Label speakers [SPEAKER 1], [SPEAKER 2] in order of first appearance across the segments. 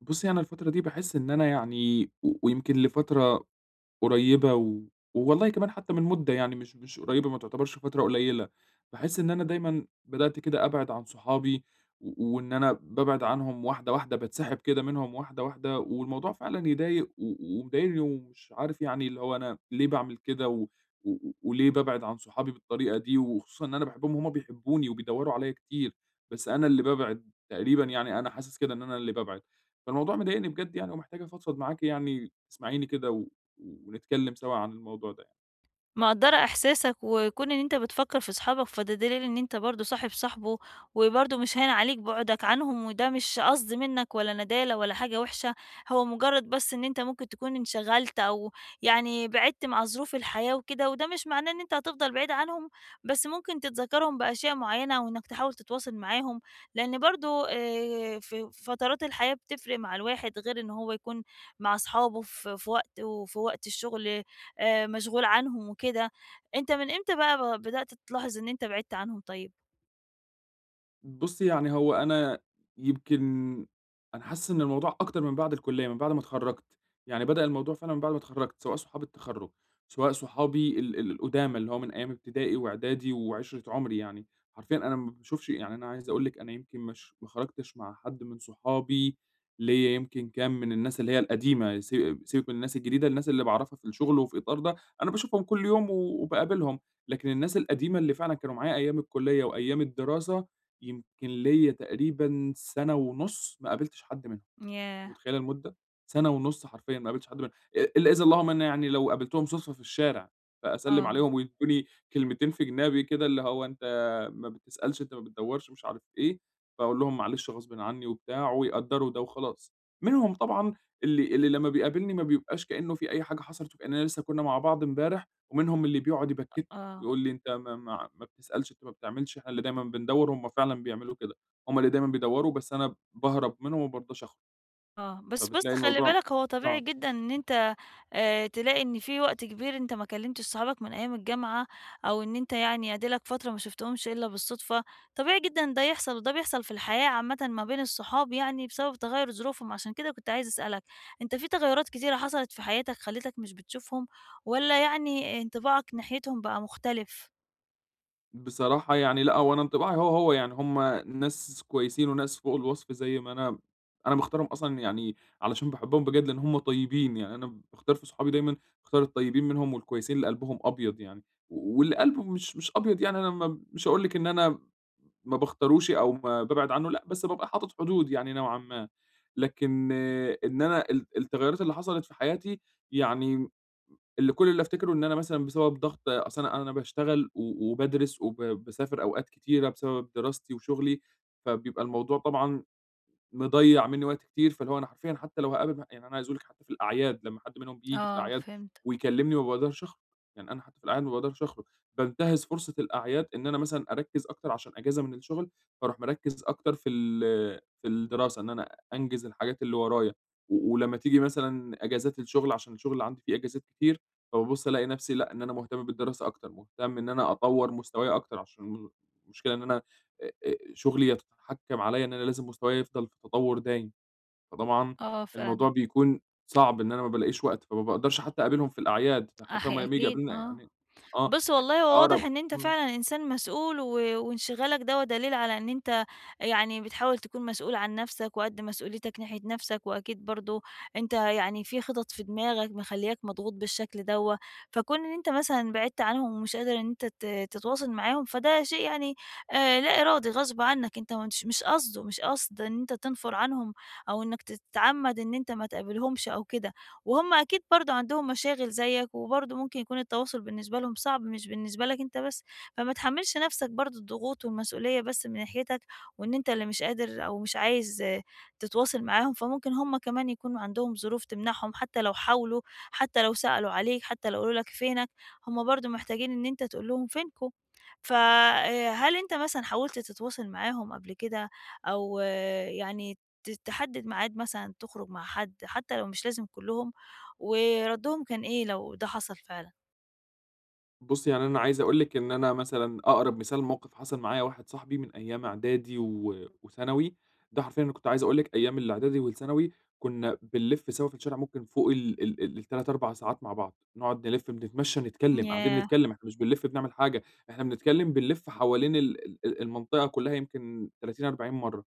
[SPEAKER 1] بُصّي، أنا الفترة دي باحس إن أنا يعني و ويمكن لفترة قريّبة والله كمان حتى من مدة يعني مش قريّبة ما تعتبرش فترة قليّلة، باحس إن أنا دايمًا بدأت كده أبعد عن صحابي وإن أنا بابعد عنهم واحدة، واحدة، باتسحب كده منهم واحدة، واحدة، والموضوع فعلًا يضايق ومضايقني ومش عارف يعني اللي هو أنا ليه باعمل كده و و وليه بابعد عن صحابي بالطريقة دي، وخصوصًا إن أنا باحبهم وهُم بيحبوني وبيدوّروا عليّا كتير، بس أنا اللي بابعد تقريبًا يعني أنا حاسس كده إن أنا اللي بابعد، فالموضوع مضايقني بجد يعني ومحتاج أفضفض معاكِ يعني تسمعيني كده و و ونتكلّم سوا عن الموضوع ده.
[SPEAKER 2] مقدّرة إحساسك، وكون إن أنت بتفكّر في صحابك، فده دليل إن أنت برضه صاحب صاحبه، وبرضه مش هاين عليك بُعدك عنهم، وده مش قصد منّك ولا ندالة ولا حاجة وِحشة، هو مجرّد بس إن أنت ممكن تكون انشغلت أو يعني بعدت مع ظروف الحياة وكده، وده مش معناه إن أنت هتفضل بعيد عنهم، بس ممكن تتذكّرهم بأشياء معيّنة وإنّك تحاول تتواصل معاهم، لإن برضه في فترات الحياة بتفرق مع الواحد، غير إن هو يكون مع أصحابه في وقت وفي وقت الشغل مشغول عنهم وكده. أنت من إمتى بقى بدأت تلاحظ إن أنت بعدت عنهم طيب؟
[SPEAKER 1] بُصّي، يعني هو أنا يمكن أنا حاسس إن الموضوع أكتر من بعد الكُلّية، من بعد ما اتخرّجت، يعني بدأ الموضوع فعلًا من بعد ما اتخرّجت، سواء صحاب التخرُّج، سواء صحابي ال القُدامى اللي هو من أيام ابتدائي وإعدادي وعِشرة عُمري يعني. حرفيًا أنا ما باشوفش، يعني أنا عايز أقول لِك أنا يمكن مش ما خرجتش مع حد من صحابي ليّا يمكن كام من الناس اللي هي القديمة، سيبِك من الناس الجديدة، الناس اللي باعرفها في الشُغل وفي إطار ده، أنا باشوفهم كل يوم وباقابلهم، لكن الناس القديمة اللي فعلًا كانوا معايا أيام الكُلّية وأيام الدراسة يمكن ليّا تقريبًا سَنة ونُص ما قابلتش حد منهم. أنتِ
[SPEAKER 2] ياه!
[SPEAKER 1] متخيلة المدة؟ سنة ونُص حرفيًا ما قابلتش حد من إلا إذا اللهم أنا يعني لو قابلتهم صُدفة في الشارع، فأسلِّم
[SPEAKER 2] آه.
[SPEAKER 1] عليهم ويدّوني كلمتين في جنابي كده اللي هو أنت ما بتسألش، أنت ما بتدوّرش، مش عارف إيه، فأقول لهم معلش غصبٍ عنّي وبتاع ويقدّروا ده وخلاص. منهم طبعًا اللي لمّا بيقابلني ما بيبقاش كإنه في أي حاجة حصلت وكإننا لسّه كُنّا مع بعض امبارح، ومنهم اللي بيقعد يبكّتني
[SPEAKER 2] آه.
[SPEAKER 1] ويقول لي: "أنت ما بتسألش، أنت ما بتعملش، إحنا اللي دايمًا بندوّر." هم فعلًا بيعملوا كده، هم اللي دايمًا بيدوّروا بس أنا باهرب منهم وما بارضاش آخُد.
[SPEAKER 2] آه، بس
[SPEAKER 1] فبتلاقي
[SPEAKER 2] بُص خلّي
[SPEAKER 1] الموضوع
[SPEAKER 2] بالك هو طبيعي
[SPEAKER 1] آه.
[SPEAKER 2] جدًا إن أنت تلاقي إن في وقت كبير أنت ما كلمتش صحابك من أيام الجامعة، أو إن أنت يعني أدي لك فترة ما شُفتهمش إلا بالصدفة. طبيعي جدًا ده يحصل، وده بيحصل في الحياة عامةً ما بين الصحاب يعني بسبب تغيُّر ظروفهم، عشان كده كنت عايزة أسألك، أنت في تغيُّرات كتيرة حصلت في حياتك خلّتك مش بتشوفهم، والّا يعني انطباعك ناحيتهم بقى مختلف؟
[SPEAKER 1] بصراحة يعني لأ، هو أنا انطباعي هو يعني هم ناس كويسين وناس فوق الوصف زي ما أنا باختارهم أصلًا، يعني علشان باحبهم بجد لإن هم طيبين، يعني أنا باختار في صحابي دايمًا باختار الطيبين منهم والكويسين اللي قلبهم أبيض يعني، واللي قلبه مش أبيض يعني أنا ما مش هاقول لِك إن أنا ما باختاروش أو ما بابعد عنه لأ، بس بابقى حاطط حدود يعني نوعًا ما، لكن إن أنا التغيرات اللي حصلت في حياتي يعني اللي كل اللي أفتكره إن أنا مثلًا بسبب ضغط، أصل أنا باشتغل وبادرس وب باسافر أوقات كتيرة بسبب دراستي وشغلي، فبيبقى الموضوع طبعًا مضيّع منّي وقت كتير، فاللي هو أنا حرفيًا حتى لو هاقابل يعني أنا عايز أقول لِك حتى في الأعياد لمّا حد منهم بييجي في
[SPEAKER 2] آه
[SPEAKER 1] الأعياد
[SPEAKER 2] فهمت.
[SPEAKER 1] ويكلّمني ما باقدرش أخرج، يعني أنا حتى في الأعياد ما باقدرش أخرج، بانتهز فرصة الأعياد إن أنا مثلًا أركّز أكتر عشان أجازة من الشغل، فاروح مركّز أكتر في الدراسة، إن أنا أنجز الحاجات اللي ورايا، ولمّا تيجي مثلًا أجازات الشغل عشان الشغل اللي عندي فيه أجازات كتير، فبابُص ألاقي نَفْسي لأ، إن أنا مهتم بالدراسة أكتر، مهتم إن أنا أطوّر مستوايا أكتر، عشان المشكلة إن أنا شغلي يتحكم عليّا إن أنا لازم مستوايا يفضل في تطور دايم، فطبعًا
[SPEAKER 2] آه فعلًا.
[SPEAKER 1] الموضوع بيكون صعب إن أنا ما بالاقيش وقت، فما باقدرش حتى أقابلهم في الأعياد، حتى
[SPEAKER 2] أح
[SPEAKER 1] هُم لمّا ييجوا
[SPEAKER 2] أكيد
[SPEAKER 1] يقابلوني
[SPEAKER 2] آه.
[SPEAKER 1] يعني آه،
[SPEAKER 2] بُص والله هو واضح
[SPEAKER 1] أقرب
[SPEAKER 2] إن أنت
[SPEAKER 1] إمم.
[SPEAKER 2] فعلًا إنسان مسؤول و وانشغالك دوّة دليل على إن أنت يعني بتحاول تكون مسؤول عن نفسك وقد مسؤوليتك ناحية نفسك، وأكيد برضه أنت يعني في خطط في دماغك مخلّياك مضغوط بالشكل دوّة، فكون إن أنت مثلًا بعدت عنهم ومش قادر إن أنت تتواصل معاهم فده شيء يعني لا إرادي غصب عنك، أنت مش قصده، مش قصد إن أنت تنفر عنهم أو إنك تتعمد إن أنت ما تقابلهمش أو كده. وهُم أكيد برضه عندهم مشاغل زيّك، وبرضه ممكن يكون التواصل بالنسبة لهم صعب مش بالنسبة لك أنت بس، فما تحمّلش نَفْسك برضه الضغوط والمسؤولية بس من ناحيتك، وإن أنت اللي مش قادر أو مش عايز آه، تتواصل معاهم، فممكن هُم كمان يكون عندهم ظروف تمنعهم حتى لو حاولوا، حتى لو سألوا عليك، حتى لو قالوا لك فينك، هُم برضه محتاجين إن أنت تقول لهم فينكم. ف هل أنت مثلًا حاولت تتواصل معاهم قبل كده أو آه، يعني تحدد ميعاد مثلًا تخرج مع حد، حتى لو مش لازم كلهم؟ وردّهم كان إيه لو ده حصل فعلًا؟
[SPEAKER 1] بُصّي، يعني أنا عايز أقول لِك إن أنا مثلًا أقرب مثال موقِف حصل معايا واحد صاحبي من أيام إعدادي وثانوي، ده حرفيًا أنا كنت عايز أقول لِك أيام الإعدادي والثانوي كُنّا بنلِف سوا في الشارع ممكن فوق ال ال ال ال3، 4 ساعات مع بعض، نقعد نلِف بنتمشى نتكلّم، قاعدين
[SPEAKER 2] ياه!
[SPEAKER 1] نتكلّم، إحنا مش بنلِف بنعمل حاجة، إحنا بنتكلّم بنلِف حوالين ال ال المنطقة كُلّها يمكن 30، 40 مرّة.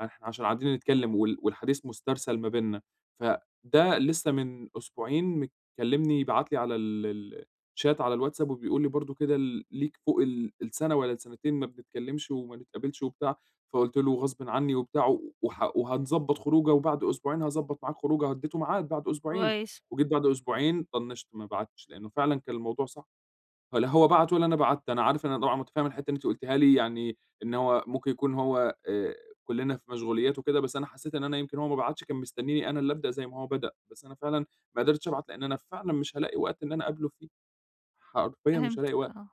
[SPEAKER 1] إحنا عشان قاعدين نتكلّم والحديث مُسترسل ما بيننا، فده لسه من أسبوعين مكلّمني، باعت لي على ال ال الchat على الواتساب وبيقول لي برضه كده ليك فوق السَنة والّا السَنتين ما بنتكلّمش وما نتقابلش وبتاع، فقُلت له غصبٍ عني وبتاع و وح وهنضبّط خروجة، وبعد أسبوعين هاضبّط معاك خروجة، وادّيته ميعاد بعد أسبوعين،
[SPEAKER 2] كويس.
[SPEAKER 1] وجيت بعد أسبوعين طنّشت ما بعتش، لإنه فعلًا كان الموضوع صعب. فلا هو بعت ولا أنا بعتّ، أنا عارف، أنا طبعًا متفهم الحتّة اللي أنتِ قلتيها لي، يعني إن هو ممكن يكون هو كلّنا في مشغوليات وكده، بس أنا حسّيت إن أنا يمكن هو ما بعتش كان مستنيني أنا اللي أبدأ زي ما هو بدأ، بس أنا فعلًا ما قدرتش أبعت لإن أنا فعلًا مش هالاقي وقت إن أنا أقابله فيه، حرفيًا مش هالاقي
[SPEAKER 2] فهمتِك
[SPEAKER 1] وقت.
[SPEAKER 2] آه.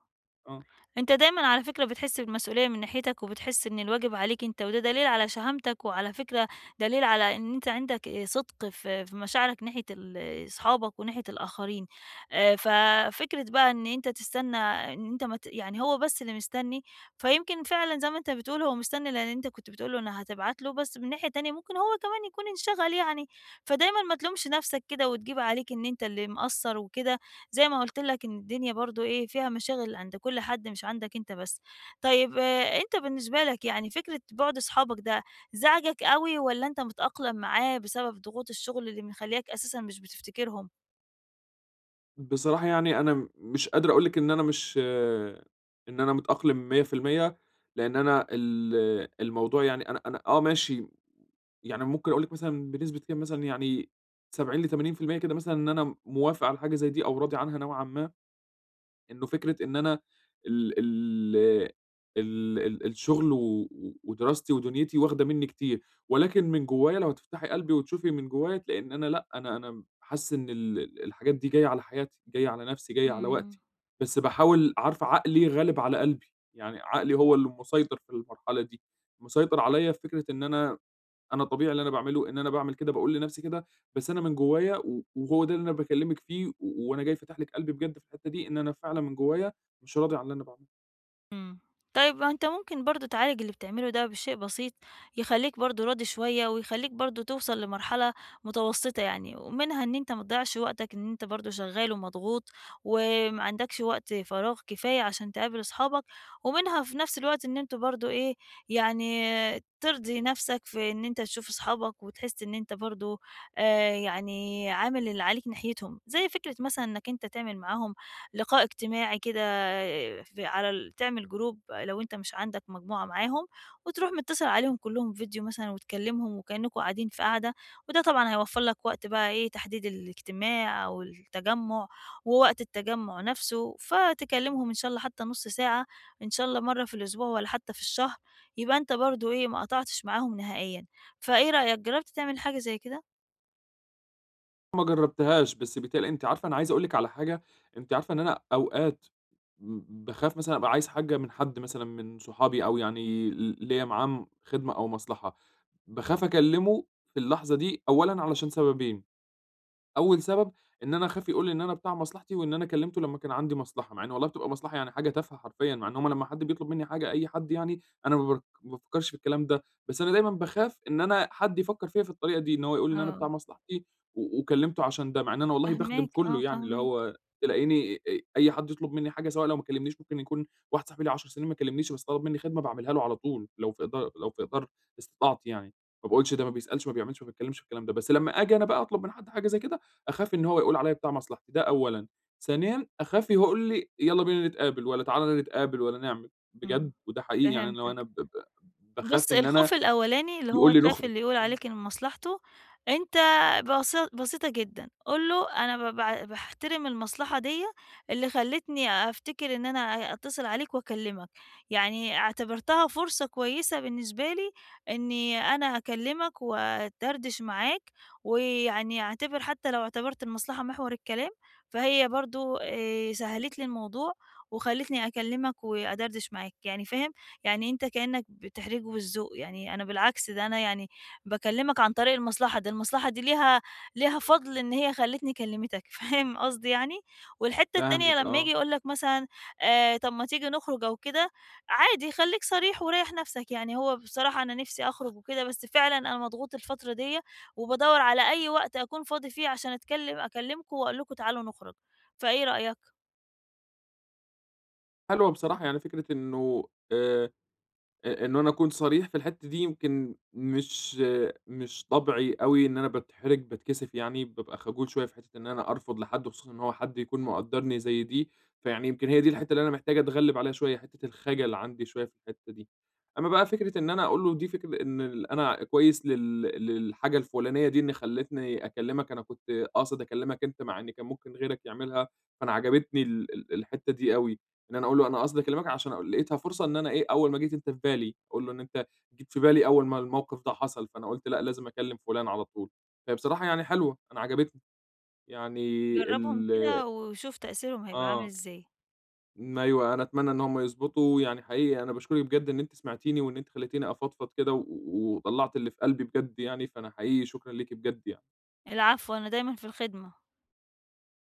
[SPEAKER 1] آه.
[SPEAKER 2] أنت دايمًا على فكرة بتحس بالمسؤولية من ناحيتك، وبتحس إن الواجب عليك أنت، وده دليل على شهامتك، وعلى فكرة دليل على إن أنت عندك صدق في مشاعرك ناحية ال صحابك وناحية الآخرين. ففكرة بقى إن أنت تستنى إن أنت ما ت يعني هو بس اللي مستني، فيمكن فعلًا زي ما أنت بتقول هو مستني لإن أنت كنت بتقول له إن هتبعت له، بس من ناحية تانية ممكن هو كمان يكون انشغل يعني، فدايمًا ما تلومش نفسك كده وتجيب عليك إن أنت اللي مقصّر وكده زي ما قُلت لك إن الدنيا برضه إيه، فيها مشاغل عند كل حد مش عندك أنت بس. طيب أنت بالنسبة لك يعني فكرة بُعد أصحابك ده زعجك أوي والّا أنت متأقلم معاه بسبب ضغوط الشغل اللي مخلّياك أساسًا مش بتفتكرهم؟
[SPEAKER 1] بصراحة يعني أنا مش قادر أقول لِك إن أنا مش إن أنا متأقلم 100% لإن أنا الموضوع، يعني أنا ماشي، يعني ممكن أقول لِك مثلًا بنسبة كام مثلًا، يعني 70 ل80% كده مثلًا، إن أنا موافق على حاجة زي دي أو راضي عنها نوعًا ما، إنه فكرة إن أنا ال ال ال ال الشغل ودراستي ودنيتي واخدة منّي كتير، ولكن من جوايا لو هتفتحي قلبي وتشوفي من جوايا تلاقي إن أنا لأ، أنا حاسس إن الحاجات دي جاية على حياتي، جاية على نفسي، جاية على
[SPEAKER 2] إمم.
[SPEAKER 1] وقتي، بس باحاول، عارفة، عقلي غالب على قلبي، يعني عقلي هو اللي مسيطر في المرحلة دي، مسيطر عليَّ في فكرة إن أنا طبيعي اللي أنا باعمله، إن أنا باعمل كده، باقول لنفسي كده، بس أنا من جوايا وهو ده اللي أنا باكلّمِك فيه وأنا جاي فاتح لِك قلبي بجد في الحتّة دي، إن أنا فعلًا من جوايا مش راضي عن اللي أنا باعمله.
[SPEAKER 2] إمم. طيب ما أنت ممكن برضه تعالج اللي بتعمله ده بشيء بسيط، يخلّيك برضه راضي شوية ويخلّيك برضه توصل لمرحلة متوسطة يعني، ومنها إن أنت ما تضيّعش وقتك إن أنت برضه شغّال ومضغوط وما عندكش وقت فراغ كفاية عشان تقابل أصحابك، ومنها في نفس الوقت إن أنتم برضه إيه، يعني ترضي نفسك في إن أنت تشوف أصحابك وتحس إن أنت برضه يعني عامل اللي عليك ناحيتهم، زي فكرة مثلًا إنّك أنت تعمل معاهم لقاء اجتماعي كده في على ال تعمل جروب لو أنت مش عندك مجموعة معاهم، وتروح متصل عليهم كلّهم فيديو مثلًا وتكلّمهم وكإنّكم قاعدين في قعدة، وده طبعًا هيوفّر لك وقت بقى إيه، تحديد الاجتماع أو التجمُّع ووقت التجمُّع نَفْسه، فتكلّمهم إن شاء الله حتى نُص ساعة، إن شاء الله مرّة في الأسبوع والّا حتى في الشهر، يبقى أنت برضه إيه، ما قطعتش معاهم نهائيًا. فإيه رأيك، جرّبت تعمل حاجة زي كده؟
[SPEAKER 1] ما جرّبتهاش، بس بيتهيأ لي، أنتِ عارفة أنا عايز أقول لِك على حاجة، أنتِ عارفة إن أنا أوقات م باخاف مثلًا أبقى عايز حاجة من حد مثلًا من صحابي أو يعني ليّا معاه خدمة أو مصلحة، باخاف أكلّمه في اللحظة دي أولًا علشان سببين. أول سبب إن أنا خايف يقول لي إن أنا بتاع مصلحتي وإن أنا كلّمته لمّا كان عندي مصلحة، مع إن والله بتبقى مصلحة يعني حاجة تافهة حرفيًا، مع إن هُم لمّا حد بيطلب منّي حاجة، أي حد يعني، أنا ما بافكّرش في الكلام ده، بس أنا دايمًا باخاف إن أنا حد يفكّر فيّا في الطريقة دي، إن هو يقول إن أنا بتاع
[SPEAKER 2] آه.
[SPEAKER 1] مصلحتي وكلّمته عشان ده، مع إن أنا والله باخدم
[SPEAKER 2] فاهماك،
[SPEAKER 1] كلّه،
[SPEAKER 2] آه
[SPEAKER 1] يعني اللي
[SPEAKER 2] فاهماك.
[SPEAKER 1] هو تلاقيني أي حد يطلب منّي حاجة سواء لو ما كلّمنيش، ممكن يكون واحد صاحبي ليه 10 سنين ما كلّمنيش بس طلب منّي خدمة باعملها له على طول لو في إقدار استطاعتي يعني، ما باقولش ده ما بيسألش ما بيعملش ما باتكلّمش في الكلام ده، بس لمّا آجي أنا بقى أطلب من حد حاجة زي كده أخاف إن هو يقول عليّا بتاع مصلحتي، ده أولًا. ثانيًا أخاف يقول لي يالّا بينا نتقابل، والّا تعالَ نتقابل، والّا نعمل. بجد
[SPEAKER 2] إمم،
[SPEAKER 1] وده حقيقي يعني، أنا لو أنا
[SPEAKER 2] فهمتك.
[SPEAKER 1] ب ب باخاف
[SPEAKER 2] بُص،
[SPEAKER 1] إن أنا
[SPEAKER 2] الخوف الأولاني اللي هو
[SPEAKER 1] يقول لي
[SPEAKER 2] تخاف
[SPEAKER 1] نخرج.
[SPEAKER 2] اللي يقول
[SPEAKER 1] آه،
[SPEAKER 2] عليك إن مصلحته، أنت بسيطة جدًا، قُل له أنا ب ب باحترم المصلحة ديّة اللي خلّتني أفتكر إن أنا أتصل عليك وأكلمك، يعني اعتبرتها فرصة كويسة بالنسبة لي إني أنا أكلمك وأدردش معاك، ويعني أعتبر حتى لو اعتبرت المصلحة محور الكلام، فهي برضه سهّلت لي الموضوع وخلّتني أكلمك وأدردش معاك، يعني فاهم؟ يعني أنت كإنّك بتحرجه بالذوق، يعني أنا بالعكس ده أنا يعني باكلّمك عن طريق المصلحة، ده المصلحة دي ليها فضل إن هي خلّتني كلّمتك فاهم قصدي يعني؟ والحتّة التانية
[SPEAKER 1] فاهمِك
[SPEAKER 2] لمّا ييجي
[SPEAKER 1] آه.
[SPEAKER 2] يقول لك مثلًا طَب ما تيجي نخرج أو كده، عادي خلّيك صريح وريّح نَفْسك، يعني هو بصراحة أنا نِفْسي أخرج وكده، بس فعلًا أنا مضغوط الفترة ديّة وبادوّر على أي وقت أكون فاضي فيه عشان أتكلّم أكلّمكم وأقول لكم تعالوا نخرج، فإيه رأيك؟
[SPEAKER 1] حلوة بصراحة يعني فكرة إنه آآ إن أنا أكون صريح في الحتّة دي يمكن مش طبعي أوي، إن أنا باتحرج، باتكسف يعني، بابقى خجول شوية في حتّة إن أنا أرفض لحد وخصوصًا إن هو حد يكون مقدّرني زي دي، فيعني يمكن هي دي الحتّة اللي أنا محتاج أتغلّب عليها شوية، حتّة الخجل عندي شوية في الحتّة دي. أمّا بقى فكرة إن أنا أقول له دي فكرة إن أنا كويس للحاجة الفُلانية دي إن خلّتني أكلّمك، أنا كنت قاصد أكلّمك أنت مع إن كان ممكن غيرك يعملها، فأنا عجبتني ال ال الحتّة دي أوي. إن أنا أقول له أنا قصدي أكلمك عشان أقول لقيتها فرصة، إن أنا إيه، أول ما جيت أنت في بالي، أقول له إن أنت جيت في بالي أول ما الموقف ده حصل، فأنا قُلت لأ لازم أكلم فلان على طول. فهي بصراحة يعني حلوة، أنا عجبتني، يعني
[SPEAKER 2] جرّبهم
[SPEAKER 1] ال
[SPEAKER 2] كده وشوف تأثيرهم هيبقى عامل
[SPEAKER 1] آه،
[SPEAKER 2] إزاي.
[SPEAKER 1] أيوه، أنا أتمنى إن هم يضبطوا، يعني حقيقي أنا باشكرِك بجد إن أنتِ سمعتيني وإن أنتِ خلّيتيني أفضفض كده وطلّعت اللي في قلبي بجد يعني، فأنا حقيقي شكرًا ليكِ بجد يعني.
[SPEAKER 2] العفو، أنا دايمًا في الخدمة.